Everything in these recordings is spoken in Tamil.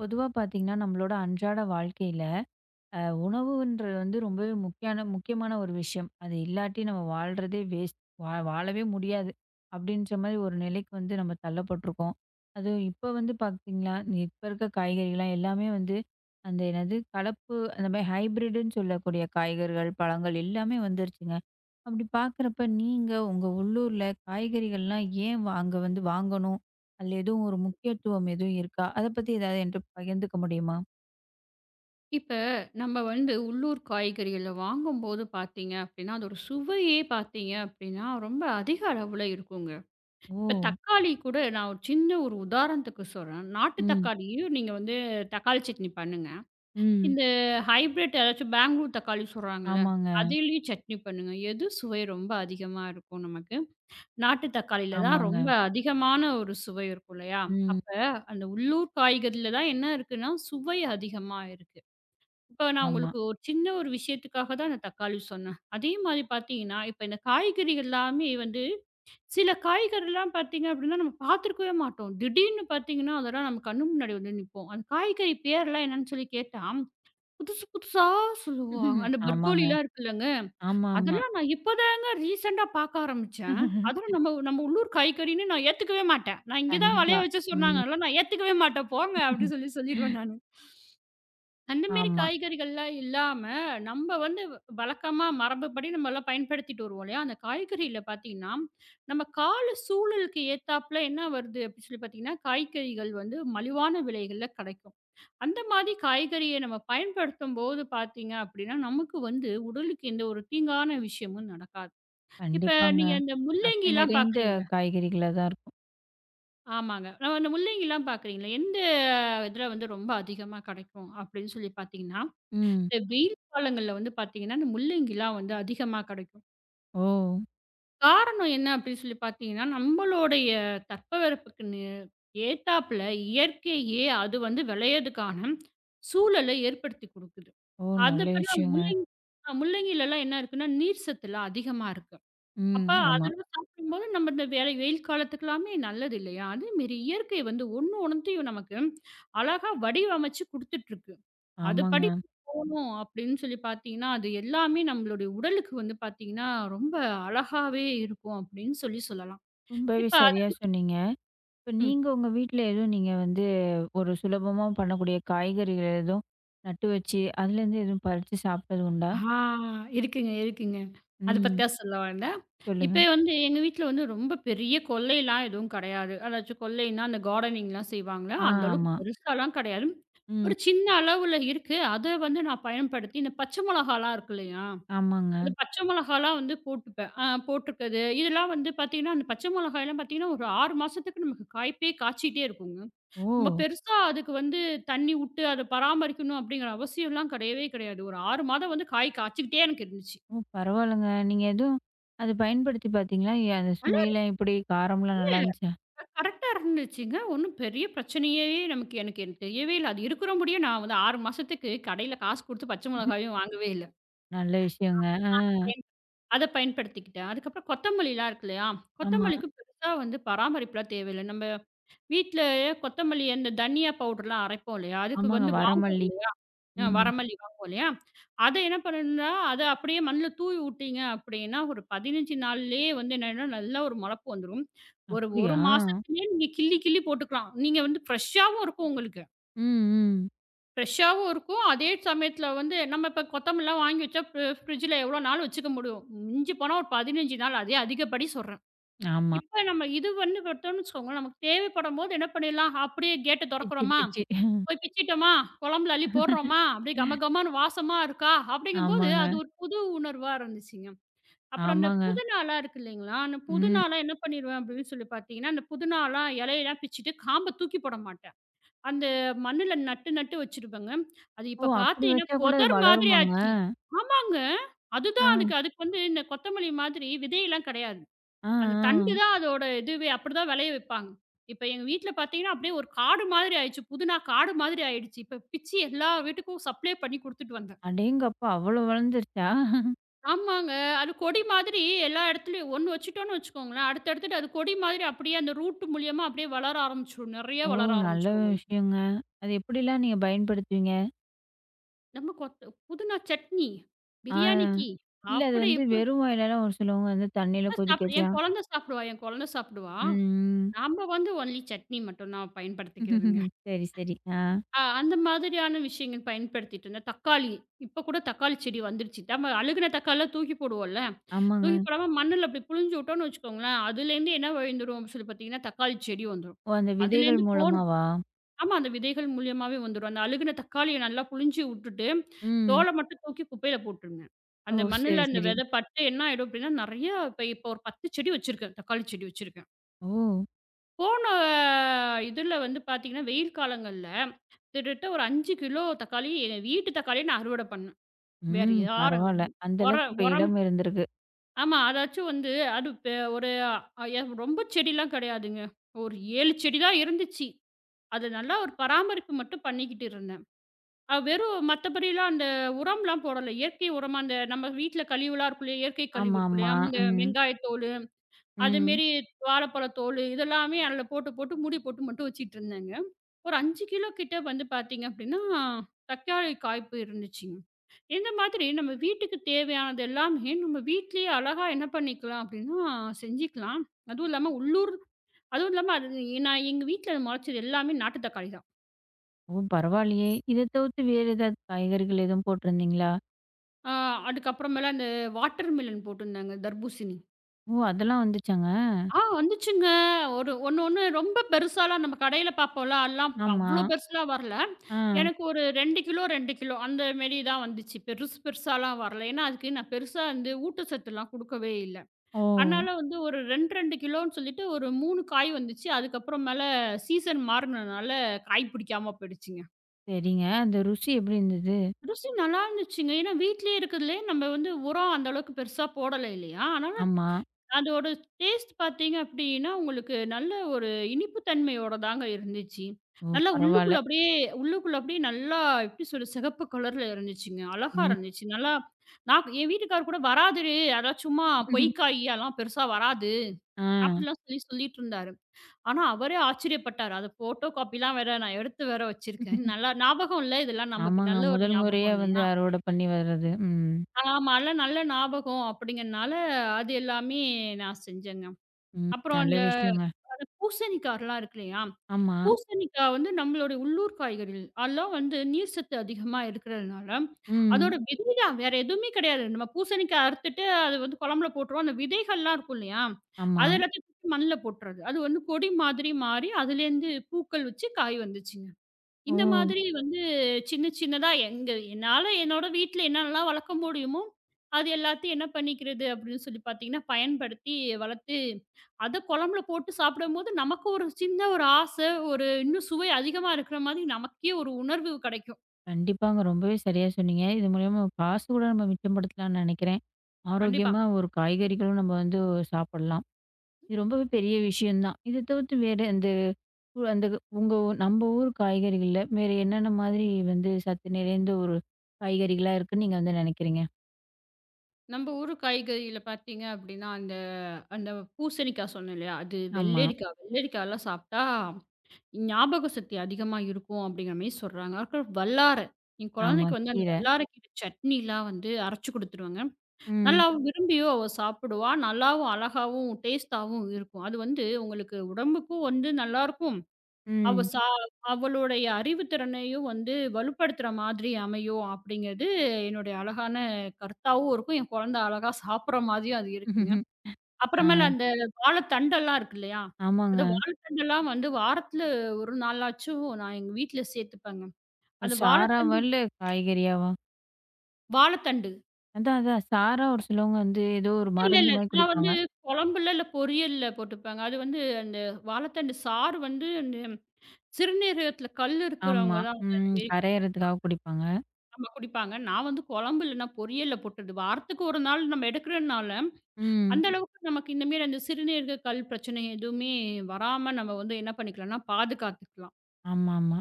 பொதுவா பார்த்தீங்கன்னா, நம்மளோட அன்றாட வாழ்க்கையில அ உணவுன்றது வந்து ரொம்பவே முக்கியமான ஒரு விஷயம். அது இல்லாட்டி நம்ம வாழ்றதே வேஸ்ட். வாழவே முடியாது. அப்படின்ற மாரி ஒரு நிலைக்கு வந்து நம்ம தள்ளப்பட்டுருக்கோம். அதுவும் இப்ப வந்து பார்த்தீங்கன்னா, இப்ப இருக்க காய்கறிகள்லாம் எல்லாமே வந்து அந்த என்னது கலப்பு அந்த மாரி ஹைபிரிட்ன்னு சொல்லக்கூடிய காய்கறிகள், பழங்கள் எல்லாமே வந்துருச்சுங்க. அப்படி பார்க்குறப்ப நீங்க உங்க உள்ளூர்ல காய்கறிகள்லாம் ஏன் அங்க வந்து வாங்கணும்? அதுல எதுவும் ஒரு முக்கியத்துவம் எதுவும் இருக்கா? அத பத்தி ஏதாவது என்கிட்ட பகிர்ந்துக்க முடியுமா? இப்ப நம்ம வந்து உள்ளூர் காய்கறிகள வாங்கும்போது பார்த்தீங்க அப்டின்னா, அதோட சுவையே பார்த்தீங்க அப்டின்னா, ரொம்ப அதிக அளவுல இருக்குங்க. ஓ! இப்ப தக்காளி கூட நான் ஒரு சின்ன ஒரு உதாரணத்துக்கு சொல்றேன். நாட்டு ம். தக்காளியும் நீங்க வந்து தக்காளி சட்னி பண்ணுங்க. ம். இந்த ஹைப்ரிட் ஏதாச்சும் பெங்களூர் தக்காளி சொல்றாங்கல்ல, ஆமாங்க, அதுலயும் சட்னி பண்ணுங்க. எது சுவை ரொம்ப அதிகமா இருக்கும் நமக்கு? நாட்டு தக்காளில தான் ரொம்ப ஆமாங்க. அதிகமான ஒரு சுவை இருக்கும் இல்லையா? ம். அப்ப அந்த உள்ளூர் காய்கறில தான் என்ன இருக்குன்னா, சுவை அதிகமா இருக்கு. இப்ப நான் ஆமா. உங்களுக்கு ஒரு சின்ன ஒரு விஷயத்துக்காக தான் நான் தக்காளி சொன்னேன். அதே மாதிரி பார்த்தீங்கன்னா, இப்ப இந்த காய்கறி எல்லாமே வந்து சில காய்கறிலாம் பார்த்தீங்க அப்படின்னா, நம்ம பார்த்துருக்கவே மாட்டோம். திடீர்னு பார்த்தீங்கன்னா, அதெல்லாம் நம்ம கண்ணு முன்னாடி வந்து நிக்கும். அந்த காய்கறி பேர்லாம் என்னன்னு சொல்லி கேட்டா, புதுசு புதுசா சொல்லுவாங்க. அந்த ஆமாங்க. பர்கோலிலாம் இருக்குல்லங்க, ஆமாமா. அதெல்லாம் நான் இப்பதாங்க ரீசெண்டா பார்க்க ஆரம்பிச்சேன். அதுவும் நம்ம நம்ம உள்ளூர் காய்கறின்னு நான் ஏத்துக்கவே மாட்டேன். நான் இங்க தான் கண்டிப்பா. விளைய வச்சு ம். சொன்னாங்கல்ல, நான் ஏத்துக்கவே மாட்டேன் போங்க அப்படின்னு சொல்லி சொல்லிருவேன் நானு. அந்த மாரி ஆமா. காய்கறிகள்லாம் இல்லாம, நம்ம வந்து வழக்கமா மரபுப்படி நம்மலாம் பயன்படுத்திட்டு வருவோம் இல்லையா? அந்த காய்கறில பார்த்தீங்கன்னா, நம்ம கால சூழலுக்கு ஏத்தாப்ல என்ன வருது அப்படி சொல்லி பார்த்தீங்கன்னா, காய்கறிகள் வந்து மலிவான விலைகள்ல கெடைக்கும். அந்த மாதிரி காய்கறிய நம்ம பயன்படுத்தும்போது பார்த்தீங்க அப்படின்னா, நமக்கு வந்து உடலுக்கு எந்த ஒரு தீங்கான விஷயமும் நடக்காது. இப்ப கண்டிப்பாங்க. நீங்க இந்த சத்து முள்ளங்கிலாம் நிறைந்த பார்க்குறீங்களா? காய்கறிகளா தான் இருக்கும். ஆமாங்க. நம்ம அந்த முள்ளங்கிலாம் பார்க்குறீங்களா? எந்த இதுல வந்து ரொம்ப அதிகமா கெடைக்கும் அப்படின்னு சொல்லி பார்த்தீங்கன்னா, ம். இந்த வெயில் காலங்கள்ல வந்து பார்த்தீங்கன்னா, இந்த முள்ளங்கிலாம் வந்து அதிகமா கெடைக்கும். ஓ! காரணம் என்ன அப்படின்னு சொல்லி பார்த்தீங்கன்னா, நம்மளுடைய தட்பவெப்பக்கு ஏத்தாப்புல இயற்கையே அது வந்து விளையதுக்கான சூழல ஏற்படுத்தி குடுக்குது. ஓ! நல்ல அதப்பெல்லாம் விஷயங்க. முள்ளங்கிலலாம் என்ன இருக்குன்னா, நீர் சத்துலாம் அதிகமா இருக்கு. அப்ப ம். ஆமா. அதெல்லாம் சாப்பிடும்போது நம்ம இந்த வெயில் காலத்துக்கெல்லாமே நல்லது இல்லையா? அதேமாரி இயற்கை வந்து ஒண்ணு ஒண்ணுத்தையும் நமக்கு அழகா வடிவமைச்சு குடுத்துட்டுருக்கு. ஆமாங்க. அதுபடி போணும் அப்படின்னு சொல்லி பார்த்தீங்கன்னா, அது எல்லாமே நம்மளுடைய உடலுக்கு வந்து பார்த்தீங்கன்னா, ரொம்ப அழகாவே இருக்கும் அப்படின்னு சொல்லி சொல்லலாம். ரொம்பவே இப்ப அது சரியா சொன்னீங்க. இப்ப ம். நீங்க உங்க வீட்ல எதுவும் நீங்க வந்து ஒரு சுலபமா பண்ணக்கூடிய காய்கறிகள் எதுவும் நட்டு வச்சு, அதுலேருந்து எதுவும் பறிச்சு சாப்பிட்டது உண்டா? ஆ இருக்குங்க, இருக்குங்க. அத பத்தி ம். தான் சொல்ல வந்தேன். சொல்லுங்க. இப்ப வந்து எங்க வீட்ல வந்து ரொம்ப பெரிய கொல்லைலாம் எதுவும் கிடையாது. அதாச்சும் கொல்லைன்னா, அந்த கார்டனிங்லாம் செய்வாங்கல்ல, ஆ அந்த அளவுக்கு ஆமா. பெருசாலாம் கிடையாது. ம். ஒரு சின்ன அளவுல இருக்கு. அத வந்து நான் பயன்படுத்தி, இந்த பச்சை மொளகாலாம் இருக்கு இல்லையா? ஆமாங்க. அந்த பச்சை மொளகாலாம் வந்து போட்டுப்பேன். போட்டுருக்குது. இதெல்லாம் வந்து பார்த்தீங்கன்னா, அந்த பச்சை மொளகாயெல்லாம் பார்த்தீங்கன்னா, ஒரு 6 மாசத்துக்கு நமக்கு காய்ப்பே காய்ச்சிட்டே இருக்குங்க. நம்ம ஓ! பெருசா அதுக்கு வந்து தண்ணி உட்டு, அத பராமரிக்கணும் அப்படிங்கிற அவசியம்லாம் கிடையவே கிடையாது. ஒரு 6 மாதம் வந்து காய் காய்ச்சிக்கிட்டே எனக்கு இருந்துச்சு. ஓ! பரவால்லங்க. நீங்க எதுவும் அது பயன்படுத்தி பார்த்தீங்களா? எ அந்த சுவையெல்லாம் எப்படி? காரம்லாம் நல்லா இருந்துச்சா? கரெக்ட்டா இருந்துச்சுங்க. ஒண்ணும் பெரிய பிரச்சனையே நமக்கு எனக்கு எனக்கு தெரியவே இல்ல. அது இருக்கிற முடியும் நான் வந்து 6 மாசத்துக்கு கடையில காசு குடுத்து பச்சை ம்ஹ்ம். மிளகாயும் வாங்கவே இல்ல. நல்ல விஷயங்க. ஆ. பயன் அத பயன்படுத்திக்கிட்டேன். அதுக்கப்புறம் கொத்தமல்லிலாம் இருக்கு இல்லையா? ஆமா. கொத்தமல்லிக்கு பெருசா வந்து பராமரிப்புலாம் தேவையில்ல. நம்ம வீட்ல கொத்தமல்லி அந்த தனியா பவுடர்லாம் அரைப்போம் இல்லையா? அதுக்கு ஆமாங்க. வந்து வா வரமல்லி. அ ம். வரமல்லி வாங்குவோம் இல்லையா? அத என்ன பண்ணணும்னா, அத அப்படியே மண்ணுல தூவி விட்டீங்க அப்படின்னா, ஒரு 15 நாள்லயே வந்து என்னன்னா, நல்லா ஒரு முளப்பு வந்துரும். ஒரு 1 அப்படியா? மாசத்துலயே நீங்க கிள்ளி கிள்ளி போட்டுக்கலாம். நீங்க வந்து ஃப்ரெஷ்ஷாவும் இருக்கும் உங்களுக்கு. ம், ம். ஃப்ரெஷ்ஷாவும் இருக்கும். அதே சமயத்துல வந்து நம்ம இப்ப கொத்தமல்லாம் வாங்கி வச்சா ஃப்ரிட்ஜ்ல எவ்வளோ நாள் வச்சுக்க முடியும்? மிஞ்சி போனா ஒரு 15 நாள். அதே அதிகப்படி சொல்றேன். ஆமா. இப்ப நம்ம இது வந்து பார்த்தோம்னு வச்சுக்கோங்களேன், நமக்கு தேவைப்படும்போது என்ன பண்ணிடலாம்? அப்படியே கேட்ட பிச்சி, தொறக்குறோமா? பிச்சி. போய் பிச்சிட்டோமா, குழம்புல அள்ளி போடுறோமா, அப்படியே கம கமன்னு வாசமா இருக்கா, அப்படிங்கும்போது ஆமாங்க, அது ஒரு புது உணர்வா இருந்துச்சுங்க. அப்புறம் அந்த ஆமாங்க. புதினாலாம் இருக்கு இல்லைங்களா, அந்த ம். புதினாலாம் என்ன பண்ணிருவேன் அப்படின்னு சொல்லி பார்த்தீங்கன்னா, அந்த புதினாலாம் இலையெல்லாம் பிச்சுட்டு காம்ப தூக்கி போட மாட்டேன். அந்த மண்ணுல நட்டு நட்டு வச்சுருப்பேங்க. அது ஓ! இப்ப அப்படி பார்த்தீங்கன்னா வச்சா கூட அது புதர் மாதிரி வளருமாங்க? ஆச்சு. ஆமாங்க. ஆ, அதுதான் அதுக்கு அதுக்கு வந்து இந்த கொத்தமல்லி மாதிரி விதையெல்லாம் கிடையாது. ஆ, ஆ. அந்த தண்டு தான் அதோட இதுவே அப்படிதான் விளைய வைப்பாங்க. இப்ப எங்க வீட்ல பார்த்தீங்கன்னா, அப்படியே ஒரு காடு மாதிரி ஆயிடுச்சு. புதினா காடு மாதிரி ஆயிடுச்சு. இப்ப பிச்சு எல்லா வீட்டுக்கும் சப்ளை பண்ணி குடுத்துட்டு வந்தேன். அடேங்கப்பா! அவ்வளோ வளர்ந்துருச்சா? ஆமாங்க. அது கொடி மாதிரி எல்லா இடத்துலயும் ஒண்ணு வச்சுட்டோம்னு வச்சுக்கோங்களேன், அடுத்து அடுத்துட்டு அது கொடி மாதிரி அப்படியே அந்த ரூட் மூலியமா அப்படியே வளர ஆரம்பிச்சுரும். நெறைய ஓ! வளர நல்ல ஆரம்பிச்சுரும் உங்களுக்கு. விஷயங்க. அது எப்படிலாம் நீங்க பயன்படுத்துவீங்க? நம்ம புதினா சட்னி, ஆ. பிரியாணிக்கு இல்ல அது அப்படி வந்து இப்படி வெறும் வாயிலலாம் ஒரு சிலவங்க வந்து தண்ணீல தான் கொதிக்க சாப்பிடு என் வச்சா குழந்தை சாப்பிடுவா என் குழந்தை சாப்பிடுவா. ம், நாம வந்து ஒன்லி சட்னி மட்டும் தான் பயன்படுத்திக்கிறது. ம். சரி, சரி. ஆ. ஆ அந்த மாதிரியான விஷயங்கள் பயன்படுத்திட்டு இருந்தேன். தக்காளி, இப்போ கூட தக்காளி செடி வந்துருச்சு. நம்ம அழுகுன தக்காளிலாம் தூக்கி போடுவோம்ல. தூக்கி ஆமாங்க. போடாம மண்ணுல அப்படி புழிஞ்சு விட்டோம்னு வச்சுக்கோங்களேன், அதுலேருந்து என்ன விழுந்துரும் அப்படின்னு சொல்லி பார்த்தீங்கன்னா, தக்காளி செடி வந்துரும். ஓ! அந்த விதைகள் அதுலேருந்து போன மூலமாவா? ஆமா அந்த விதைகள் மூலியமாவே வந்துரும். அந்த அழுகுன தக்காளிய நல்லா புழிஞ்சு விட்டுட்டு, ம். தோல மட்டும் தூக்கி குப்பையில போட்டுருங்க. ஓ! அந்த மண்ணுல சரி, அந்த சரி. விதை பட்டு என்ன ஆயிடும் அப்படின்னா, நெறைய இப்போ ஒரு 10 செடி வச்சிருக்கேன். தக்காளி செடி வச்சிருக்கேன். ஓ! போன இதில வந்து பார்த்தீங்கன்னா, வெயில் காலங்கள்ல கிட்டத்தட்ட ஒரு 5 கிலோ தக்காளி எங்க வீட்டு தக்காளியே நான் அறுவடை பண்ணேன். வேற ம். யார பரவால்ல. அந்த உர அளவுக்கு இப்ப உரம் இடம் இருந்திருக்கு. ஆமா. அதாச்சும் வந்து அது ஒரு அ எ ரொம்ப செடிலாம் கிடையாதுங்க. ஒரு 7 செடி தான் இருந்துச்சு. அது நல்லா ஒரு பராமரிப்பு மட்டும் பண்ணிக்கிட்டு இருந்தேன். வெறும் மத்தபடிலாம் அந்த உரம்லாம் போடல. இயற்கை உரமா அந்த நம்ம வீட்ல கழிவுலாம் இருக்கும் இல்லையா? இயற்கை கழிவு ஆமா, இருக்கும் ஆமா. இல்லையா? அந்த ம், வெங்காயத்தோலு, ம். அதுமாரி வாழைப்பழத்தோலு இதெல்லாமே அதில போட்டு, போட்டு மூடி போட்டு மட்டும் வச்சுட்டு இருந்தேங்க. ஒரு 5 கிலோ கிட்ட வந்து பார்த்தீங்க அப்படின்னா, தக்காளி காய்ப்பு இருந்துச்சுங்க. இந்த மாதிரி நம்ம வீட்டுக்கு தேவையானது எல்லாமே நம்ம வீட்லயே அழகா என்ன பண்ணிக்கலாம் அப்படின்னா, செஞ்சுக்கலாம். அதுவும் இல்லாம உள்ளூர் அதுவும் இல்லாம அது நான் எங்க வீட்ல முளைச்சது எல்லாமே நாட்டு தக்காளி தான். ஓ! பரவாயில்லயே! இத தவிர்த்து வேற ஏதாவது காய்கறிகள் எதுவும் போட்டிருந்தீங்களா? ஆ அதுக்கப்புறமேல அந்த வாட்டர் மெலன் போட்டிருந்தாங்க தர்பூசணி. ஓ! அதெல்லாம் வந்துச்சாங்க? ஆ வந்துச்சுங்க. ஒரு ஒண்ணு, ஒண்ணு ரொம்ப பெருசாலாம் நம்ம கடையில பார்ப்போம்ல, அதெல்லாம் ஆமா. அவ்ளோ பெருசுலாம் வரல. ஆ. எனக்கு ஒரு 2 கிலோ, 2 கிலோ அந்த மாரி தான் வந்துச்சு. பெருசு பெருசாலாம் வரல. ஏன்னா, அதுக்கு நான் பெருசா வந்து ஊட்டச்சத்துலாம் குடுக்கவே இல்ல. ஓ! அதனால வந்து ஒரு 2, 2 கிலோன்னு சொல்லிட்டு ஒரு 3 காய் வந்துச்சு. அதுக்கப்புறம் மேல சீசன் மாறுனனால காய் பிடிக்காம போயிடுச்சுங்க. சரிங்க. அந்த ருசி எப்படி இருந்தது? ருசி நல்லா இருந்துச்சுங்க. ஏன்னா வீட்லயே இருக்கிறதுலயே நம்ம வந்து உரம் அந்த அளவுக்கு பெருசா போடல இல்லையா? ஆனா ஆமா. அதோட டேஸ்ட் பார்த்தீங்க அப்டின்னா, உங்களுக்கு நல்ல ஒரு இனிப்பு தன்மையோட தாங்க இருந்துச்சு. ஓ! நல்லா பரவால்ல. உள்ளுக்குள்ள அப்டியே உள்ளுக்குள்ள அப்டியே நல்லா எப்டி சொல்ல சிகப்பு கலர்ல இருந்துச்சுங்க. அழகா ம். இருந்துச்சு. நல்லா நான் என் வீட்டுக்காரர் கூட வராதுடி, அதெல்லாம் சும்மா பொய்க்காய் அதெல்லாம் பெருசா வராது. ஆ. அப்டிலாம் சொல்லி சொல்லிட்டு இருந்தாரு. ஆனா அவரே ஆச்சரியப்பட்டாரு. அது ஃபோட்டோ காப்பிலாம் வேற நான் எடுத்து வேற வச்சிருக்கேன். நல்லா ஞாபகம் இல்ல. இதெல்லாம் நமக்கு ஆமாங்க. நல்ல ஒரு முதல் முறையா ஞாபகம் வந்து இல்லையா? அறுவடை பண்ணி வர்றது. ம். ஆமா. அதெல்லாம் நல்ல ஞாபகம் அப்டிங்கிறனால, அது எல்லாமே நான் செஞ்சேங்க. ம். அப்புறம் நல்ல அந்த விஷயங்க. இந்த பூசணிக்காலாம் இருக்கு இல்லையா? ஆமா. பூசணிக்காய் வந்து நம்மளுடைய உள்ளூர் காய்கறிகள். அதெல்லாம் வந்து நீர் சத்து அதிகமா இருக்கிறதுனால, ம். அதோட விதை தான் வேற எதுவுமே கிடையாது. நம்ம பூசணிக்காய் அறுத்துட்டு அது வந்து குழம்புல போட்டுருவோம். அந்த விதைகள்லாம் இருக்கும் இல்லையா? ஆமா. அது எல்லாத்தையும் தூக்கி மண்ணுல போட்டுறது. அது வந்து கொடி மாதிரி மாறி அதுலேருந்து பூக்கள் வச்சு காய் வந்துச்சுங்க. ஓ! இந்த மாதிரி வந்து சின்ன சின்னதா எங்க என்னால என்னோட வீட்ல என்னென்னலாம் வளர்க்க முடியுமோ, அது எல்லாத்தையும் என்ன பண்ணிக்கிறது அப்படின்னு சொல்லி பார்த்தீங்கன்னா, பயன்படுத்தி வளர்த்து, அத குழம்புல போட்டு சாப்பிடும்போது நமக்கு ஒரு சின்ன ஒரு ஆசை, ஒரு இன்னும் சுவை அதிகமா இருக்கிற மாதிரி நமக்கே ஒரு உணர்வு கிடைக்கும். கண்டிப்பாங்க. ரொம்பவே சரியா சொன்னீங்க. இது மூலியமா காசு கூட நம்ம மிச்சப்படுத்தலாம்னு நெனைக்கிறேன். கண்டிப்பா. ஆரோக்கியமா ஒரு காய்கறிகளும் நம்ம வந்து சாப்பிடலாம். இது ரொம்பவே பெரிய விஷயம் தான். இத தவிர்த்து வேற இந்த அந்த நம்ம ஊர் காய்கறிகள்ல வேற என்னென்ன மாதிரி வந்து சத்து நிறைந்த ஒரு காய்கறிகளா இருக்குன்னு நீங்க வந்து நினைக்கிறீங்க? நம்ம ஊர் காய்கறியில பார்த்தீங்க அப்படின்னா, அந்த அந்த பூசணிக்காய் சொன்னேன் இல்லையா? அது ஆமா, வெள்ளரிக்காய்லாம் சாப்பிட்டா ஞாபக சக்தி அதிகமா இருக்கும் அப்படிங்கிற மாரி சொல்றாங்க. அதுக்கப்புறம் வல்லார. என் ஆமா. குழந்தைக்கு வந்து அந்த கீரை. வல்லாரைக்கீரை சட்னிலாம் வந்து அரைச்சு குடுத்துருவேங்க. ம், நல்லாவும் விரும்பியும் அவ சாப்பிடுவா. நல்லாவும், அழகாவும், டேஸ்ட்டாவும் இருக்கும். அது வந்து உங்களுக்கு உடம்புக்கும் வந்து நல்லாருக்கும். அவ ம். சா அவளுடைய அறிவுத்திறனையும் வந்து வலுப்படுத்துற மாதிரி அமையும் அப்படிங்கிறது என்னுடைய அழகான கருத்தாவும் இருக்கும். என் குழந்தை அழகா சாப்பிடுற மாதிரியும் அது இருக்குங்க. ஆ, அப்புறமேல அந்த வாழைத்தண்டெல்லாம் இருக்கு இல்லையா? அந்த ஆமாங்க. வாழைத்தண்டெல்லாம் வந்து வாரத்துல ஒரு நாளாச்சும் நான் எங்க வீட்ல சேர்த்துப்பேங்க. அந்த சாறாவா வாழைத்தண்டு இல்ல காய்கறியாவா? வாழைத்தண்டு. அதான், அதான். சாறா ஒரு சிலவங்க வந்து ஏதோ ஒரு இல்ல, மருந்து இல்ல. மாரி நான் வந்து குடிப்பாங்க. குழம்புல, இல்ல பொரியல்ல போட்டுப்பேங்க. அது வந்து அந்த வாழைத்தண்டு சாறு வந்து அந்த சிறுநீரகத்துல கல் இருக்கிறவங்க ஆமா. தான் வந்து அந்த ம். மாரி கரையறதுக்காக குடிப்பாங்க. நம்ம குடிப்பாங்க. நான் வந்து குழம்பு இல்லன்னா பொரியல்ல போட்டுறது. வாரத்துக்கு ஒரு நாள் நம்ம எடுக்கிறனால, ம். அந்த அளவுக்கு நமக்கு இந்த மாரி அந்த சிறுநீரக கல் பிரச்சனை எதுவுமே வராம நம்ம வந்து என்ன பண்ணிக்கலாம்னா, பாதுகாத்துக்கலாம். ஆமாமா.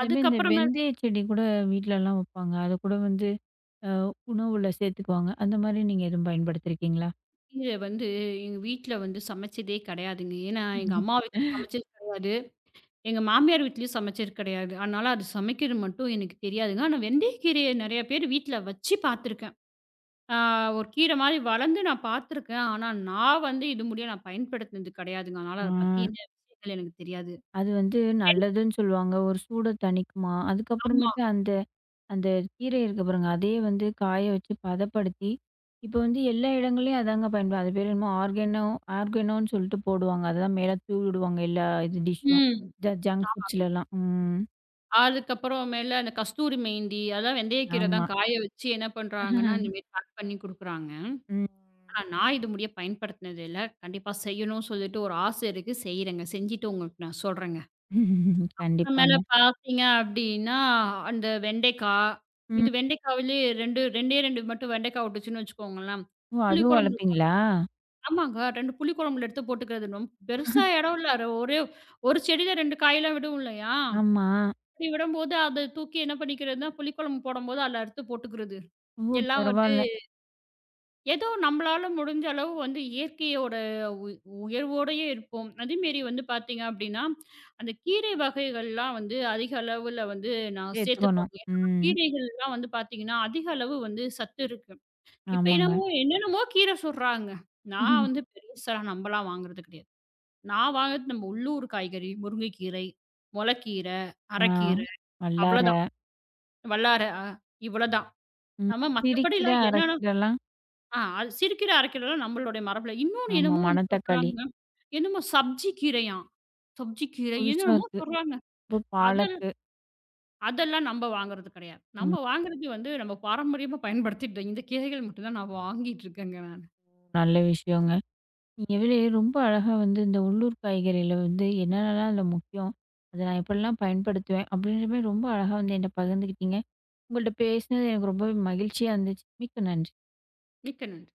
அதுமாரி இந்த அதுக்கப்புறமேல வெந்தய செடி கூட வீட்லலாம் வைப்பாங்க. அது கூட வந்து அ உணவுல சேர்த்துக்குவாங்க. அந்த மாரி நீங்க எதுவும் பயன்படுத்தியிருக்கீங்களா? இங்க வந்து எங்க வீட்ல வந்து சமைச்சதே கிடையாதுங்க. ஏன்னா, எங்க அம்மா வீட்லயும் சமைச்சது கிடையாது. எங்க மாமியார் வீட்லயும் சமைச்சது கிடையாது. அதனால அது சமைக்கிறது மட்டும் எனக்கு தெரியாதுங்க. ஆனா வெந்தயக்கீரைய நெறைய பேர் வீட்ல வச்சு பார்த்துருக்கேன். ஆ ஒரு கீரை மாரி வளர்ந்து நான் பார்த்துருக்கேன். ஆனா நான் வந்து இது முடிய நான் பயன்படுத்தினது கிடையாதுங்க. அதனால ஆ அத பத்தின விஷயங்கள் எனக்கு தெரியாது. அது வந்து நல்லதுன்னு சொல்லுவாங்க. ஒரு சூட தணிக்குமா, ஆமா. அதுக்கப்புறமேட்டு அந்த அந்த கீரை இருக்கு பாருங்க, அதயே வந்து காய வச்சு பதப்படுத்தி, இப்ப வந்து எல்லா இடங்கள்லயும் அதாங்க பயன்படும். அது பேர் என்னமோ ஆர்கானோன்னு சொல்லிட்டு போடுவாங்க. அதுதான் மேல தூவி விடுவாங்க எல்லா இது டிஷ்ஷும். ம். ஜங்க் ஃபுட்ஸ்லலாம். ம். அதுக்கப்புறமேல அந்த கஸ்தூரி மெஹந்தி அதெல்லாம் வெந்தயக்கீரை ஆமா. தான் காய வச்சு என்ன பண்றாங்கன்னா, இந்த மாரி பேக் பண்ணி குடுக்குறாங்க. ம். ஆ நான் இது முடிய பயன்படுத்தினது இல்ல. கண்டிப்பா செய்யணும்னு சொல்லிட்டு ஒரு ஆசை இருக்கு. செய்றேங்க. செஞ்சுட்டு உங்களுக்கு நான் சொல்றேங்க. அப்புறமேல கண்டிப்பாங்க. பார்த்தீங்க அப்டின்னா, அந்த வெண்டைக்கா, ம். இது வெண்டைக்காவிலே 2 2டே 2 மட்டும் வெண்டைக்கா விட்டுச்சுன்னு வச்சுக்கோங்களேன். ஓ! அதுவும் புளிக்குழம்பு வளர்ப்பீங்களா? ஆமாங்க 2 புளிக்குழம்புல எடுத்து போட்டுக்கிறது. ரொம் பெருசா இடம் இல்ல. அது ஒரே ஒரு செடியில 2 காயெல்லாம் விடும் இல்லையா? ஆமா. அப்படி விடும்போது அத தூக்கி என்ன பண்ணிக்கிறதுன்னா, புளிக்குழம்பு போடும்போது அதில அறுத்து போட்டுக்கிறது. ஓ! எல்லாம் பரவால்ல. ஏதோ நம்மளால முடிஞ்ச அளவு வந்து இயற்கையோட உ உயர்வோடயே இருப்போம். அதேமாரி வந்து பார்த்தீங்க அப்டின்னா, அந்த கீரை வகைகள்லாம் வந்து அதிக அளவுல வந்து நான் சேர்த்துக்கணும். சேர்த்துப்பாங்க. ஏன்னா ம். கீரைகள்லாம் வந்து பார்த்தீங்கன்னா, அதிக அளவு வந்து சத்து இருக்கு. இப்ப ஆமாங்க. என்னமோ என்னென்னமோ கீரை சொல்றாங்க. நான் வந்து பெருசா நம்பலாம் வாங்குறது கிடையாது. நான் வாங்குறது நம்ம உள்ளூர் காய்கறி, முருங்கைக்கீரை, மொளக்கீரை, ஆ. அரக்கீரை வல்லார, அவ்வளதான். வல்லார அ இவ்வளதான். ம். நம்ம சிறுகீர, மத்தபடிலாம் என்னென்ன அரக்கீரலாம். ஆ அது சிறுகீரை, அரைக்கீரைலாம் நம்மளுடைய மரபுல. இன்னொன்னு ஆமா. என்னமோ ஒண்ணு மணத்தக்காளி. சொல்றாங்க. என்னமோ சப்ஜி கீரையாம். சப்ஜி கீரை புதுசா என்னென்னமோ இருக்கு. சொல்றாங்க. அப்புறம் அதெல் பாலக்கு. அதெல்லாம் நம்ப வாங்குறது கெடையாது. ம். நம்ம வாங்குறது வந்து நம்ம பாரம்பரியமா பயன்படுத்திட்டு இந்த கீரைகள் மட்டும் தான் நான் வாங்கிட்டு இருக்கேங்க நானு. நல்ல விஷயங்க. நீங்களே ரொம்ப அழகா வந்து இந்த உள்ளூர் காய்கறியில வந்து என்னென்னலாம் அதில முக்கியம்? அத நான் எப்படிலாம் பயன்படுத்துவேன்? அப்படின்ற மாரி ரொம்ப அழகா வந்து என்ட்ட பகிர்ந்துக்கிட்டீங்க. உங்கள்ட்ட பேசினது எனக்கு ரொம்பவே மகிழ்ச்சியா இருந்துச்சு. மிக்க நன்றி. மிக்க நன்றி.